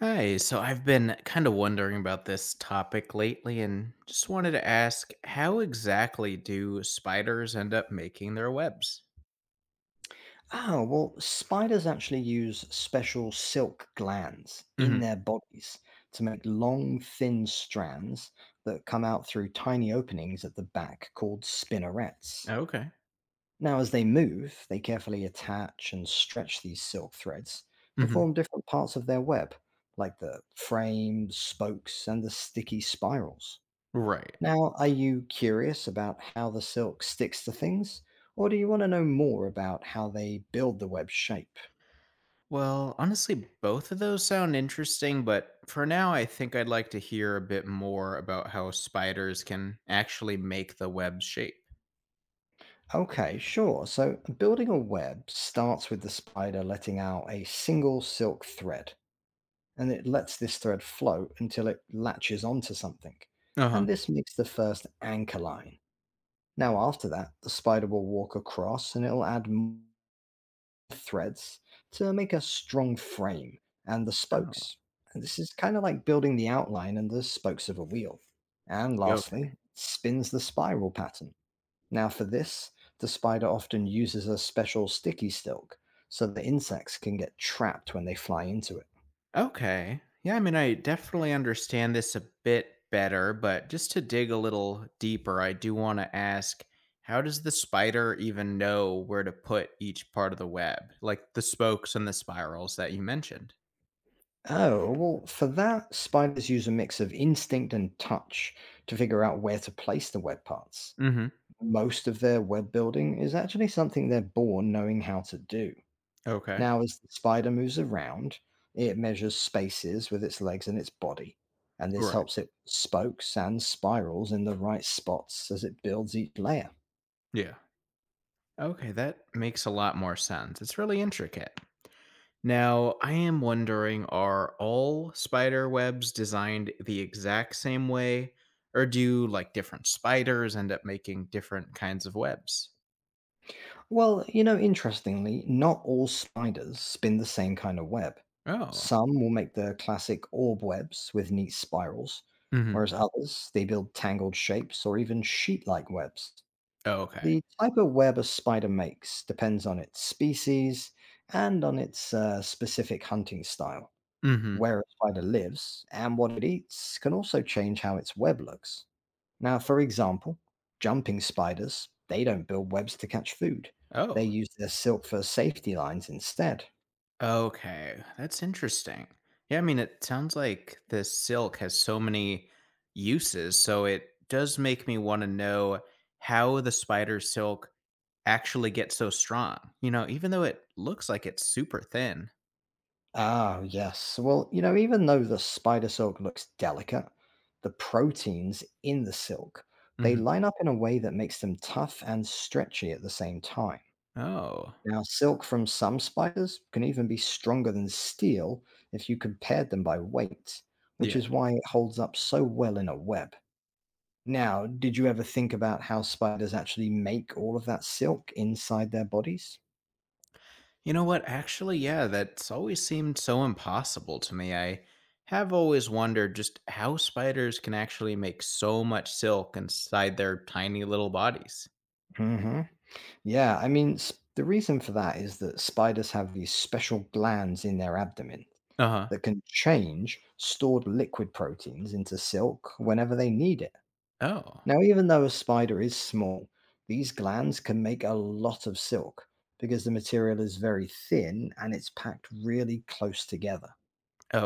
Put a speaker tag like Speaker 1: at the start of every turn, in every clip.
Speaker 1: Hi, so I've been kind of wondering about this topic lately and just wanted to ask, how exactly do spiders end up making their webs?
Speaker 2: Oh, well, spiders actually use special silk glands in
Speaker 1: Hmm.
Speaker 2: their bodies to make long, thin strands that come out through tiny openings at the back called spinnerets.
Speaker 1: Okay.
Speaker 2: Now, as they move, they carefully attach and stretch these silk threads to
Speaker 1: Hmm.
Speaker 2: form different parts of their web, like the frame, spokes, and the sticky spirals.
Speaker 1: Right.
Speaker 2: Now, are you curious about how the silk sticks to things, or do you want to know more about how they build the web's shape?
Speaker 1: Well, honestly, both of those sound interesting, but for now, I think I'd like to hear a bit more about how spiders can actually make the web shape.
Speaker 2: Okay, sure. So building a web starts with the spider letting out a single silk thread, and it lets this thread float until it latches onto something.
Speaker 1: Uh huh.
Speaker 2: And this makes the first anchor line. Now, after that, the spider will walk across and it'll add more threads to make a strong frame and the
Speaker 1: Oh,
Speaker 2: spokes. And this is kind of like building the outline and the spokes of a wheel. And
Speaker 1: go.
Speaker 2: lastly, it spins the spiral pattern now, for this, the spider often uses a special sticky silk so that insects can get trapped when they fly into it.
Speaker 1: Okay. Yeah, I definitely understand this a bit better, but just to dig a little deeper, I do want to ask, how does the spider even know where to put each part of the web, like the spokes and the spirals that you mentioned?
Speaker 2: Oh, well, for that, spiders use a mix of instinct and touch to figure out where to place the web parts.
Speaker 1: Hmm.
Speaker 2: Most of their web building is actually something they're born knowing how to do.
Speaker 1: Okay.
Speaker 2: Now, as the spider moves around, it measures spaces with its legs and its body, and this
Speaker 1: Right.
Speaker 2: helps it spokes and spirals in the right spots as it builds each layer.
Speaker 1: Yeah. Okay, that makes a lot more sense. It's really intricate. Now, I am wondering, are all spider webs designed the exact same way, or do like different spiders end up making different kinds of webs?
Speaker 2: Well, you know, interestingly, not all spiders spin the same kind of web.
Speaker 1: Oh.
Speaker 2: Some will make the classic orb webs with neat spirals,
Speaker 1: Hmm.
Speaker 2: whereas others, they build tangled shapes or even sheet like webs.
Speaker 1: Okay.
Speaker 2: The type of web a spider makes depends on its species and on its specific hunting style.
Speaker 1: Hmm.
Speaker 2: Where a spider lives and what it eats can also change how its web looks. Now, for example, jumping spiders, they don't build webs to catch food. They
Speaker 1: Oh.
Speaker 2: use their silk for safety lines instead.
Speaker 1: Okay. That's interesting. Yeah, it sounds like this silk has so many uses, so it does make me want to know how the spider silk actually gets so strong, even though it looks like it's super thin.
Speaker 2: Ah, yes. Well, you know, even though the spider silk looks delicate, the proteins in the silk, they line up in a way that makes them tough and stretchy at the same time.
Speaker 1: Oh.
Speaker 2: Now, silk from some spiders can even be stronger than steel if you compared them by weight, which
Speaker 1: Yeah.
Speaker 2: is why it holds up so well in a web. Now, did you ever think about how spiders actually make all of that silk inside their bodies?
Speaker 1: You know what? Actually, yeah, that's always seemed so impossible to me. I have always wondered just how spiders can actually make so much silk inside their tiny little bodies.
Speaker 2: Hmm. Yeah, I mean, the reason for that is that spiders have these special glands in their abdomen
Speaker 1: Uh huh.
Speaker 2: that can change stored liquid proteins into silk whenever they need it.
Speaker 1: Oh.
Speaker 2: Now, even though a spider is small, these glands can make a lot of silk because the material is very thin and it's packed really close together.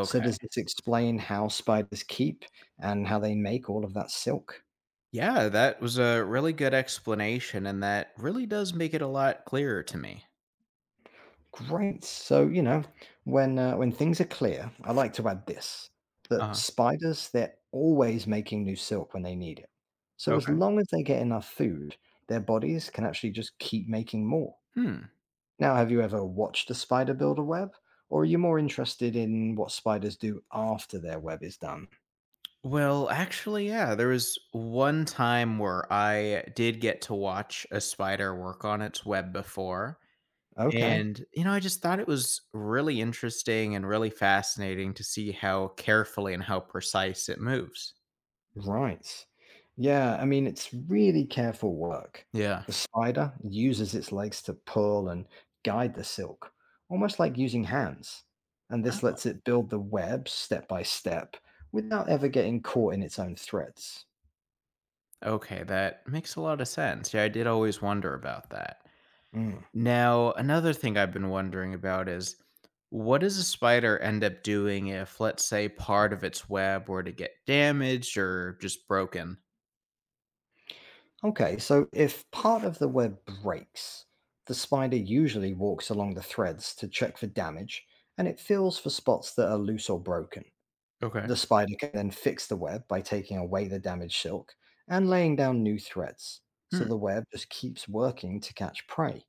Speaker 2: So does this explain how spiders keep and how they make all of that silk?
Speaker 1: Yeah, that was a really good explanation, and that really does make it a lot clearer to me.
Speaker 2: Great. So, when things are clear, I like to add this
Speaker 1: Uh
Speaker 2: that
Speaker 1: huh.
Speaker 2: spiders, they're always making new silk when they need it. So as
Speaker 1: Okay.
Speaker 2: long as they get enough food, their bodies can actually just keep making more.
Speaker 1: Hmm.
Speaker 2: Now, have you ever watched a spider build a web? Or are you more interested in what spiders do after their web is done?
Speaker 1: Well, actually, yeah, there was one time where I did get to watch a spider work on its web before.
Speaker 2: Okay.
Speaker 1: And, I just thought it was really interesting and really fascinating to see how carefully and how precise it moves.
Speaker 2: Right. Yeah, I mean, it's really careful work.
Speaker 1: Yeah.
Speaker 2: The spider uses its legs to pull and guide the silk, almost like using hands. And this lets
Speaker 1: Oh,
Speaker 2: it build the web step by step without ever getting caught in its own threads.
Speaker 1: okay. That makes a lot of sense. Yeah, I did always wonder about that.
Speaker 2: Mm.
Speaker 1: Now, another thing I've been wondering about is, what does a spider end up doing if, let's say, part of its web were to get damaged or just broken?
Speaker 2: Okay, so if part of the web breaks, the spider usually walks along the threads to check for damage and it feels for spots that are loose or broken.
Speaker 1: Okay.
Speaker 2: The spider can then fix the web by taking away the damaged silk and laying down new threads. So
Speaker 1: Hmm.
Speaker 2: the web just keeps working to catch prey.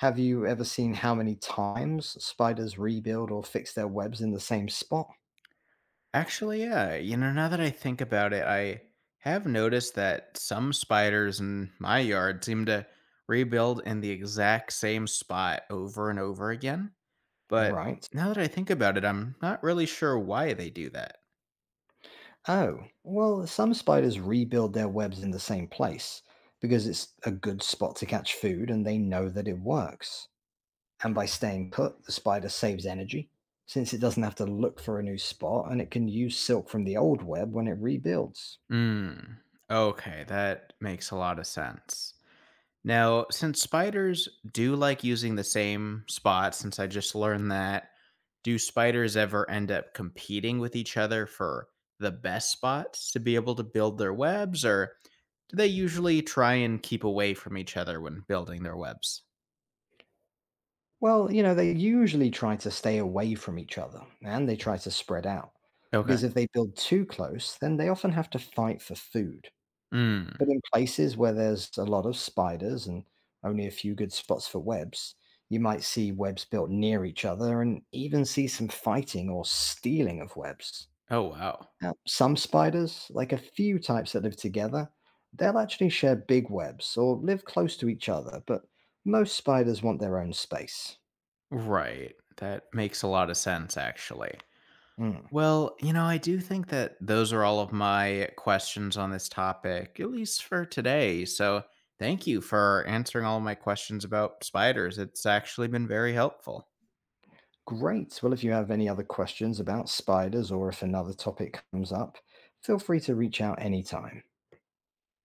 Speaker 2: Have you ever seen how many times spiders rebuild or fix their webs in the same spot?
Speaker 1: Actually, yeah. Now that I think about it, I have noticed that some spiders in my yard seem to rebuild in the exact same spot over and over again. But
Speaker 2: Right.
Speaker 1: now that I think about it, I'm not really sure why they do that.
Speaker 2: Oh, well, some spiders rebuild their webs in the same place because it's a good spot to catch food and they know that it works. And by staying put, the spider saves energy since it doesn't have to look for a new spot and it can use silk from the old web when it rebuilds.
Speaker 1: Hmm. Okay, that makes a lot of sense. Now, since spiders do like using the same spot, since I just learned that, do spiders ever end up competing with each other for the best spots to be able to build their webs, or do they usually try and keep away from each other when building their webs?
Speaker 2: Well, you know, they usually try to stay away from each other and they try to spread out
Speaker 1: Okay.
Speaker 2: because if they build too close, then they often have to fight for food. But
Speaker 1: Mm.
Speaker 2: in places where there's a lot of spiders and only a few good spots for webs, you might see webs built near each other and even see some fighting or stealing of webs.
Speaker 1: Oh, wow.
Speaker 2: Now, some spiders, like a few types that live together, they'll actually share big webs or live close to each other, but most spiders want their own space.
Speaker 1: Right. That makes a lot of sense, actually.
Speaker 2: Mm.
Speaker 1: Well, I do think that those are all of my questions on this topic, at least for today. So, thank you for answering all my questions about spiders. It's actually been very helpful.
Speaker 2: Great. Well, if you have any other questions about spiders or if another topic comes up, feel free to reach out anytime.